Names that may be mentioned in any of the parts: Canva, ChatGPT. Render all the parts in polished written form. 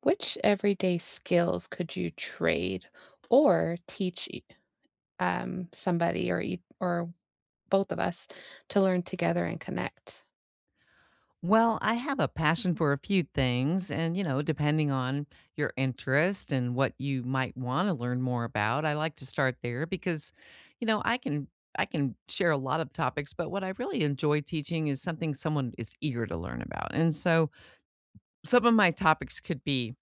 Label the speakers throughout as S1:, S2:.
S1: Which everyday skills could you trade or teach somebody or both of us to learn together and connect?
S2: Well, I have a passion for a few things. And, you know, depending on your interest and what you might want to learn more about, I like to start there because, you know, I can. I can share a lot of topics, but what I really enjoy teaching is something someone is eager to learn about. And so some of my topics could be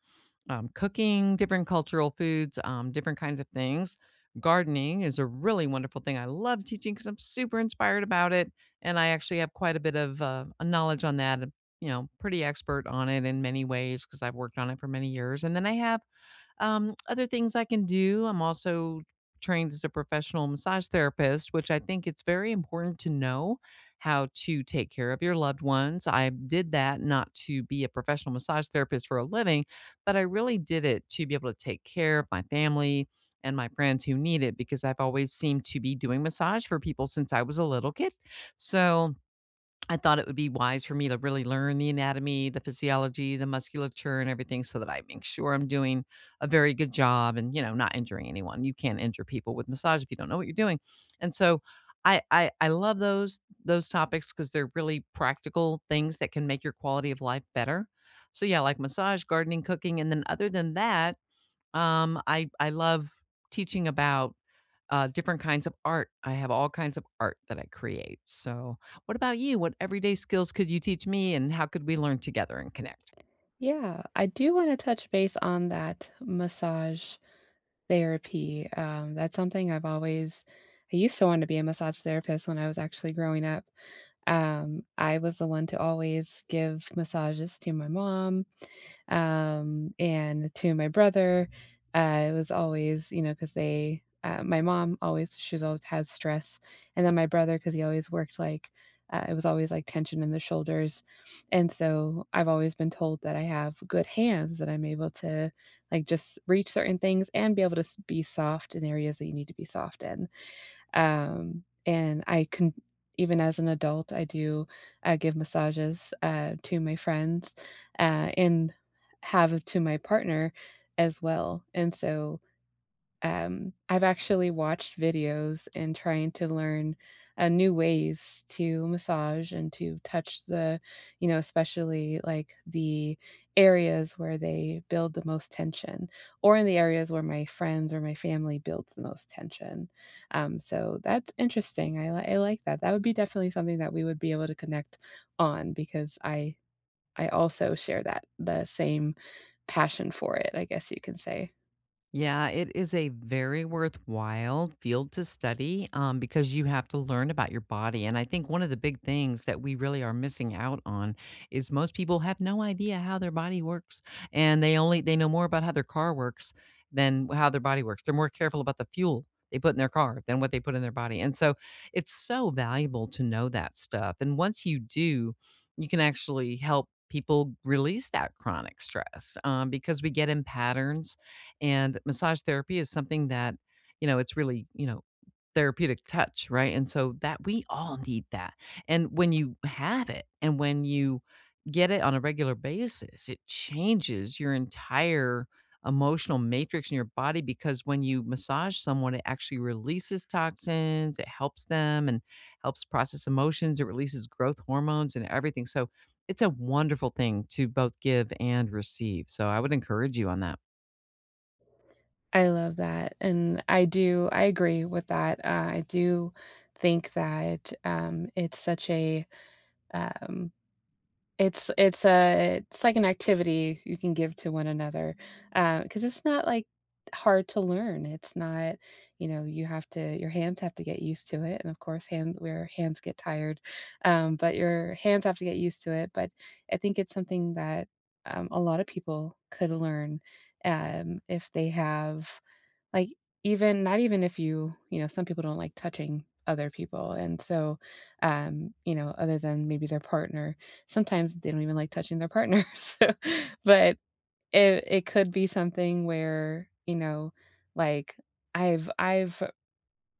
S2: cooking different cultural foods, different kinds of things. Gardening is a really wonderful thing. I love teaching because I'm super inspired about it, and I actually have quite a bit of a knowledge on that. You know, pretty expert on it in many ways because I've worked on it for many years. And then I have other things I can do. I'm also trained as a professional massage therapist, which I think it's very important to know how to take care of your loved ones. I did that not to be a professional massage therapist for a living, but I really did it to be able to take care of my family and my friends who need it because I've always seemed to be doing massage for people since I was a little kid. So, I thought it would be wise for me to really learn the anatomy, the physiology, the musculature, and everything so that I make sure I'm doing a very good job and, you know, not injuring anyone. You can't injure people with massage if you don't know what you're doing. And so I love those topics because they're really practical things that can make your quality of life better. So yeah, like massage, gardening, cooking. And then other than that, I love teaching about different kinds of art. I have all kinds of art that I create. So, what about you? What everyday skills could you teach me, and how could we learn together and connect?
S1: Yeah, I do want to touch base on that massage therapy. That's something I've always. I used to want to be a massage therapist when I was actually growing up. I was the one to always give massages to my mom, and to my brother. It was always, you know, because my mom always, she's always had stress, and then my brother, because he always worked, it was always like tension in the shoulders, and so I've always been told that I have good hands, that I'm able to like just reach certain things and be able to be soft in areas that you need to be soft in. And I can, even as an adult, I give massages, to my friends, and have to my partner as well. And so, I've actually watched videos and trying to learn, new ways to massage and to touch the, you know, especially, like, the areas where they build the most tension, or in the areas where my friends or my family builds the most tension. So that's interesting. I like that. That would be definitely something that we would be able to connect on, because I also share that the same passion for it, I guess you can say.
S2: Yeah, it is a very worthwhile field to study because you have to learn about your body. And I think one of the big things that we really are missing out on is most people have no idea how their body works, and they only they know more about how their car works than how their body works. They're more careful about the fuel they put in their car than what they put in their body. And so it's so valuable to know that stuff. And once you do, you can actually help people release that chronic stress because we get in patterns and massage therapy is something that, you know, it's really, you know, therapeutic touch, right? And so that we all need that. And when you have it and when you get it on a regular basis, it changes your entire emotional matrix in your body because when you massage someone, it actually releases toxins, it helps them and helps process emotions, it releases growth hormones and everything. So it's a wonderful thing to both give and receive. So I would encourage you on that.
S1: I love that, and I agree with that. I do think that, it's such a, um it's a it's like an activity you can give to one another, 'cause it's not, like, hard to learn. It's not, you know, you have to, your hands have to get used to it, and of course, hands get tired, but your hands have to get used to it. But I think it's something that, a lot of people could learn, if they have, like, even not even if you, you know. Some people don't like touching other people, and so, you know, other than maybe their partner, sometimes they don't even like touching their partner, so, but it could be something where, you know, like, I've I've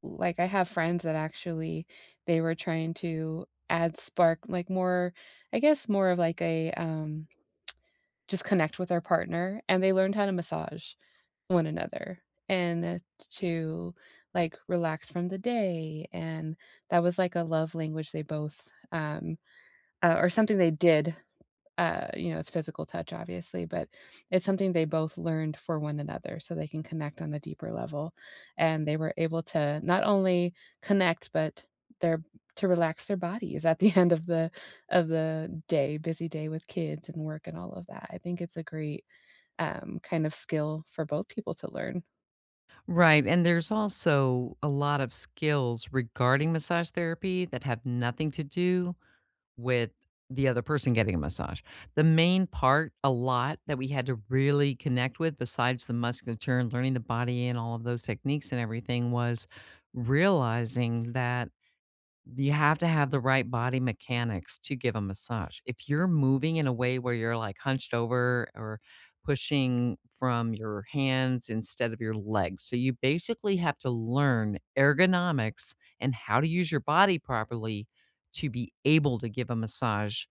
S1: I have friends that actually, they were trying to add spark, like, more, I guess more of like a, just connect with their partner, and they learned how to massage one another and to like relax from the day. And that was like a love language they both, or something they did, you know, it's physical touch obviously, but it's something they both learned for one another so they can connect on a deeper level, and they were able to not only connect but their to relax their bodies at the end of the day, busy day with kids and work and all of that. I think it's a great, kind of skill for both people to learn.
S2: Right. And there's also a lot of skills regarding massage therapy that have nothing to do with the other person getting a massage. The main part, a lot that we had to really connect with, besides the musculature and learning the body and all of those techniques and everything, was realizing that you have to have the right body mechanics to give a massage. If you're moving in a way where you're, like, hunched over or pushing from your hands instead of your legs, so you basically have to learn ergonomics and how to use your body properly to be able to give a massage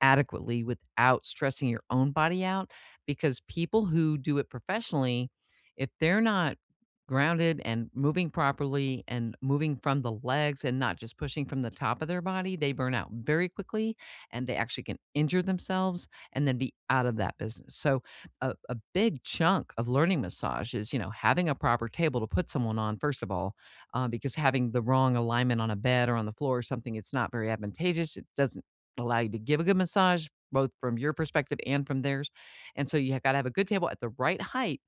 S2: adequately without stressing your own body out, because people who do it professionally, if they're not grounded and moving properly and moving from the legs and not just pushing from the top of their body, they burn out very quickly and they actually can injure themselves and then be out of that business. So a big chunk of learning massage is, you know, having a proper table to put someone on, first of all, because having the wrong alignment on a bed or on the floor or something, it's not very advantageous. It doesn't allow you to give a good massage, both from your perspective and from theirs. And so you gotta have a good table at the right height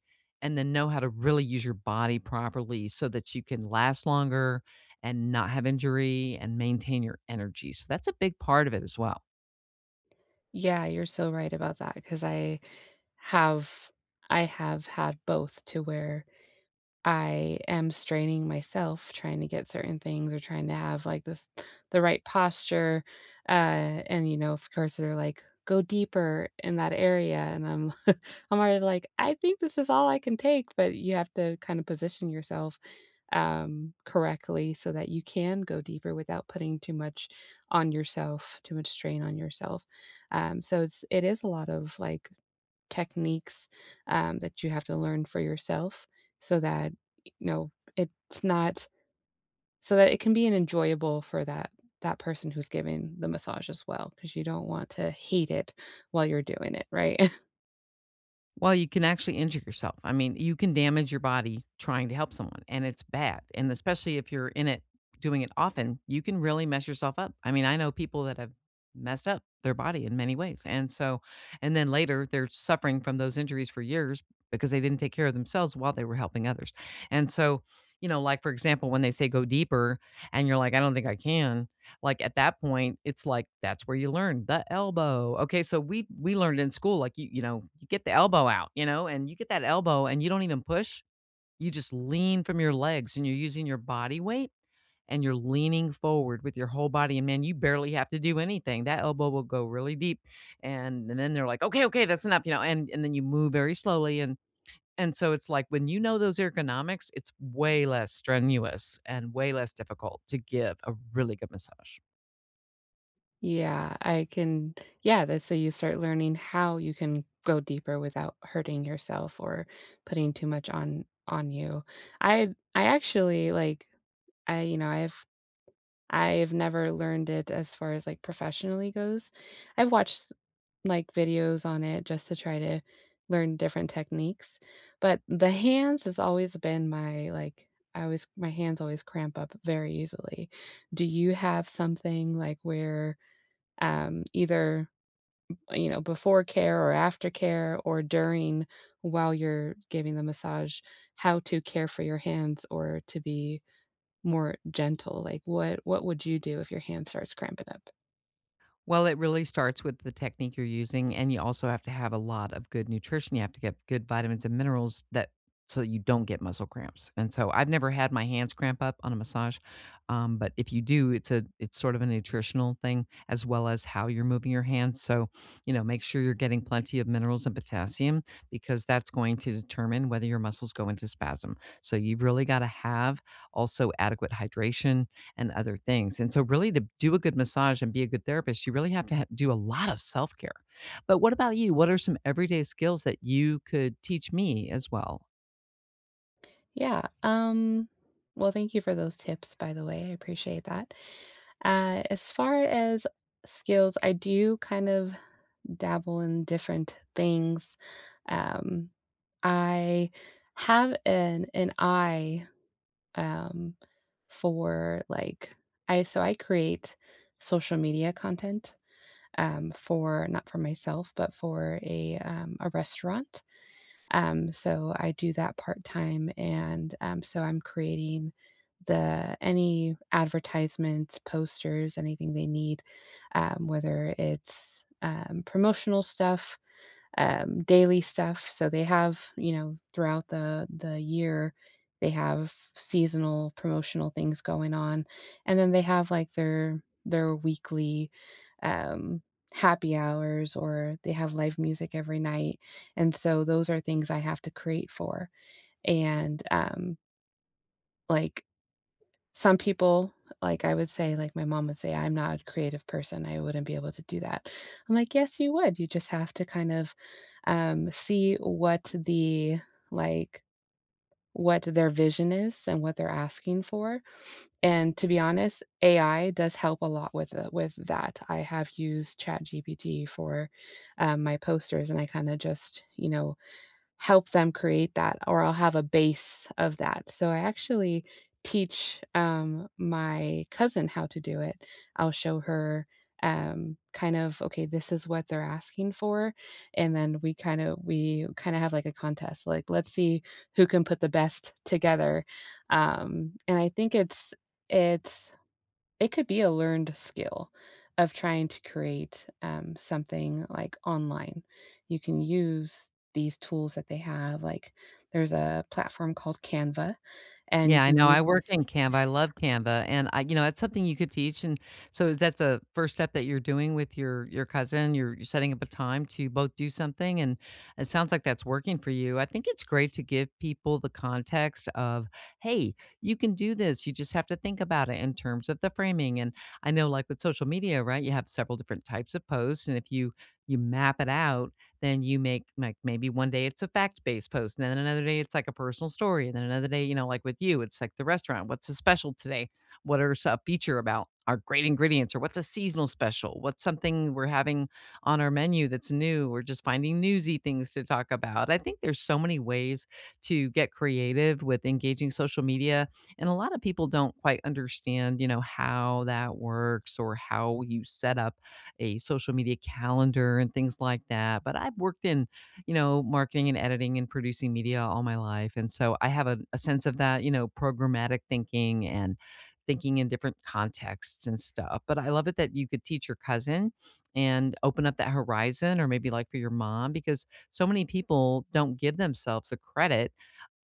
S2: and then know how to really use your body properly so that you can last longer and not have injury and maintain your energy. So that's a big part of it as well.
S1: Yeah, you're so right about that. Cause have I have had both to where I am straining myself trying to get certain things or trying to have, like, this the right posture, and, you know, of course, they're like, "Go deeper in that area," and I'm already like, "I think this is all I can take," but you have to kind of position yourself, correctly so that you can go deeper without putting too much on yourself, too much strain on yourself. So it is a lot of, like, techniques, that you have to learn for yourself so that, you know, it's not, so that it can be an enjoyable for that person who's giving the massage as well, because you don't want to hate it while you're doing it, right?
S2: Well, you can actually injure yourself. I mean, you can damage your body trying to help someone, and it's bad. And especially if you're in it, doing it often, you can really mess yourself up. I mean, I know people that have messed up their body in many ways. And so, and then later they're suffering from those injuries for years because they didn't take care of themselves while they were helping others. And so, you know, like for example, when they say go deeper and you're like, I don't think I can, like, at that point, it's like, that's where you learn the elbow. Okay, so we learned in school, like, you know, you get the elbow out, you know, and you get that elbow and you don't even push. You just lean from your legs and you're using your body weight and you're leaning forward with your whole body. And man, you barely have to do anything. That elbow will go really deep. And then they're like, okay, okay, that's enough, you know, and then you move very slowly. And so it's like when you know those ergonomics, it's way less strenuous and way less difficult to give a really good massage.
S1: Yeah, I can, yeah, that's, so you start learning how you can go deeper without hurting yourself or putting too much on you. I I actually like, I you know, I've never learned it as far as like professionally goes. I've watched like videos on it just to try to learn different techniques, but the hands has always been my like, I always, my hands always cramp up very easily. Do you have something like where, either, you know, before care or after care, or during, while you're giving the massage, how to care for your hands or to be more gentle? Like, what would you do if your hand starts cramping up?
S2: Well, it really starts with the technique you're using, and you also have to have a lot of good nutrition. You have to get good vitamins and minerals that so that you don't get muscle cramps. And so I've never had my hands cramp up on a massage, but if you do, it's sort of a nutritional thing as well as how you're moving your hands. So you know, make sure you're getting plenty of minerals and potassium because that's going to determine whether your muscles go into spasm. So you've really got to have also adequate hydration and other things. And so, really, to do a good massage and be a good therapist, you really have to do a lot of self care. But what about you? What are some everyday skills that you could teach me as well?
S1: Yeah, well thank you for those tips, by the way, I appreciate that. As far as skills, I do kind of dabble in different things. Um I have an eye, um, for like, I create social media content, for not for myself, but for a, a restaurant. So I do that part time, and so I'm creating the any advertisements, posters, anything they need, whether it's, promotional stuff, daily stuff. So they have, you know, throughout the year, they have seasonal promotional things going on, and then they have like their weekly, um, happy hours, or they have live music every night, and so those are things I have to create for. And like some people, like, I would say, like, my mom would say, "I'm not a creative person, I wouldn't be able to do that." I'm like, "Yes, you would, you just have to kind of, see what the, like, what their vision is and what they're asking for." And to be honest, AI does help a lot with the with that. I have used ChatGPT for, my posters, and I kinda just, you know, help them create that or I'll have a base of that. So I actually teach, my cousin how to do it. I'll show her, kind of, okay, this is what they're asking for, and then we kind of have like a contest, like let's see who can put the best together. And I think it's it could be a learned skill of trying to create, something, like, online. You can use these tools that they have, like, there's a platform called Canva, and you
S2: Yeah, I
S1: can
S2: know, I
S1: use.
S2: work in Canva, I love Canva, and I you know, that's something you could teach, and so is that the first step that you're doing with your cousin? You're setting up a time to both do something, and it sounds like that's working for you. I think it's great to give people the context of, "Hey, you can do this, you just have to think about it in terms of the framing," and I know, like, with social media, right, you have several different types of posts, and if you you map it out then you make like maybe one day it's a fact-based post, and then another day it's like a personal story, and then another day, you know, like with you, it's like the restaurant. What's a special today? What are a feature about our great ingredients, or what's a seasonal special? What's something we're having on our menu that's new? Or just finding newsy things to talk about. I think there's so many ways to get creative with engaging social media and a lot of people don't quite understand you know how that works or how you set up a social media calendar and things like that. But I've worked in, you know, marketing and editing and producing media all my life. And so I have a sense of that, you know, programmatic thinking and thinking in different contexts and stuff. But I love it that you could teach your cousin and open up that horizon or maybe like for your mom because so many people don't give themselves the credit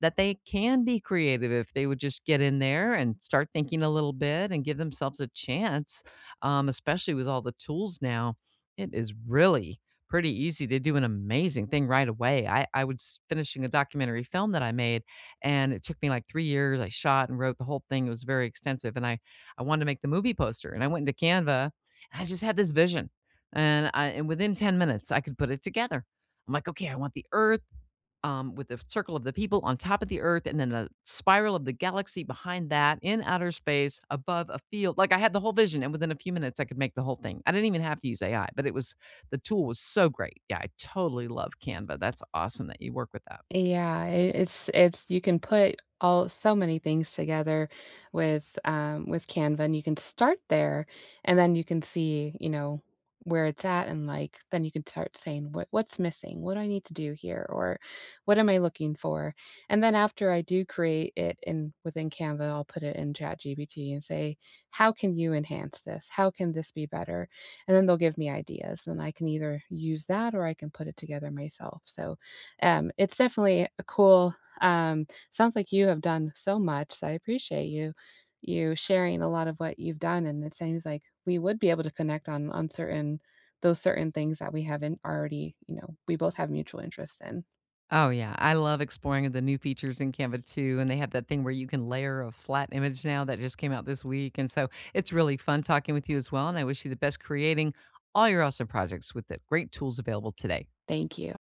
S2: that they can be creative if they would just get in there and start thinking a little bit and give themselves a chance especially with all the tools now, it is really pretty easy to do an amazing thing right away. I was finishing a documentary film that I made, and it took me like three years. I shot and wrote the whole thing. It was very extensive, and I wanted to make the movie poster, and I went into Canva, and I just had this vision, and I and within 10 minutes I could put it together. I'm like, okay, I want the earth, with the circle of the people on top of the earth and then the spiral of the galaxy behind that in outer space above a field. Like I had the whole vision, and within a few minutes, I could make the whole thing. I didn't even have to use AI, but it was the tool was so great. Yeah, I totally love Canva. That's awesome that you work with that.
S1: Yeah, it's, you can put all so many things together with, with Canva, and you can start there, and then you can see, you know, where it's at, and like then you can start saying what's missing, what do I need to do here, or what am I looking for. And then after I do create it in within Canva, I'll put it in ChatGPT and say how can you enhance this, how can this be better, and then they'll give me ideas, and I can either use that or I can put it together myself. So, it's definitely a cool, sounds like you have done so much, so I appreciate you you sharing a lot of what you've done, and it seems like we would be able to connect on certain, those certain things that we haven't already, you know, we both have mutual interest in.
S2: Oh, yeah. I love exploring the new features in Canva too. And they have that thing where you can layer a flat image now that just came out this week. And so it's really fun talking with you as well. And I wish you the best creating all your awesome projects with the great tools available today.
S1: Thank you.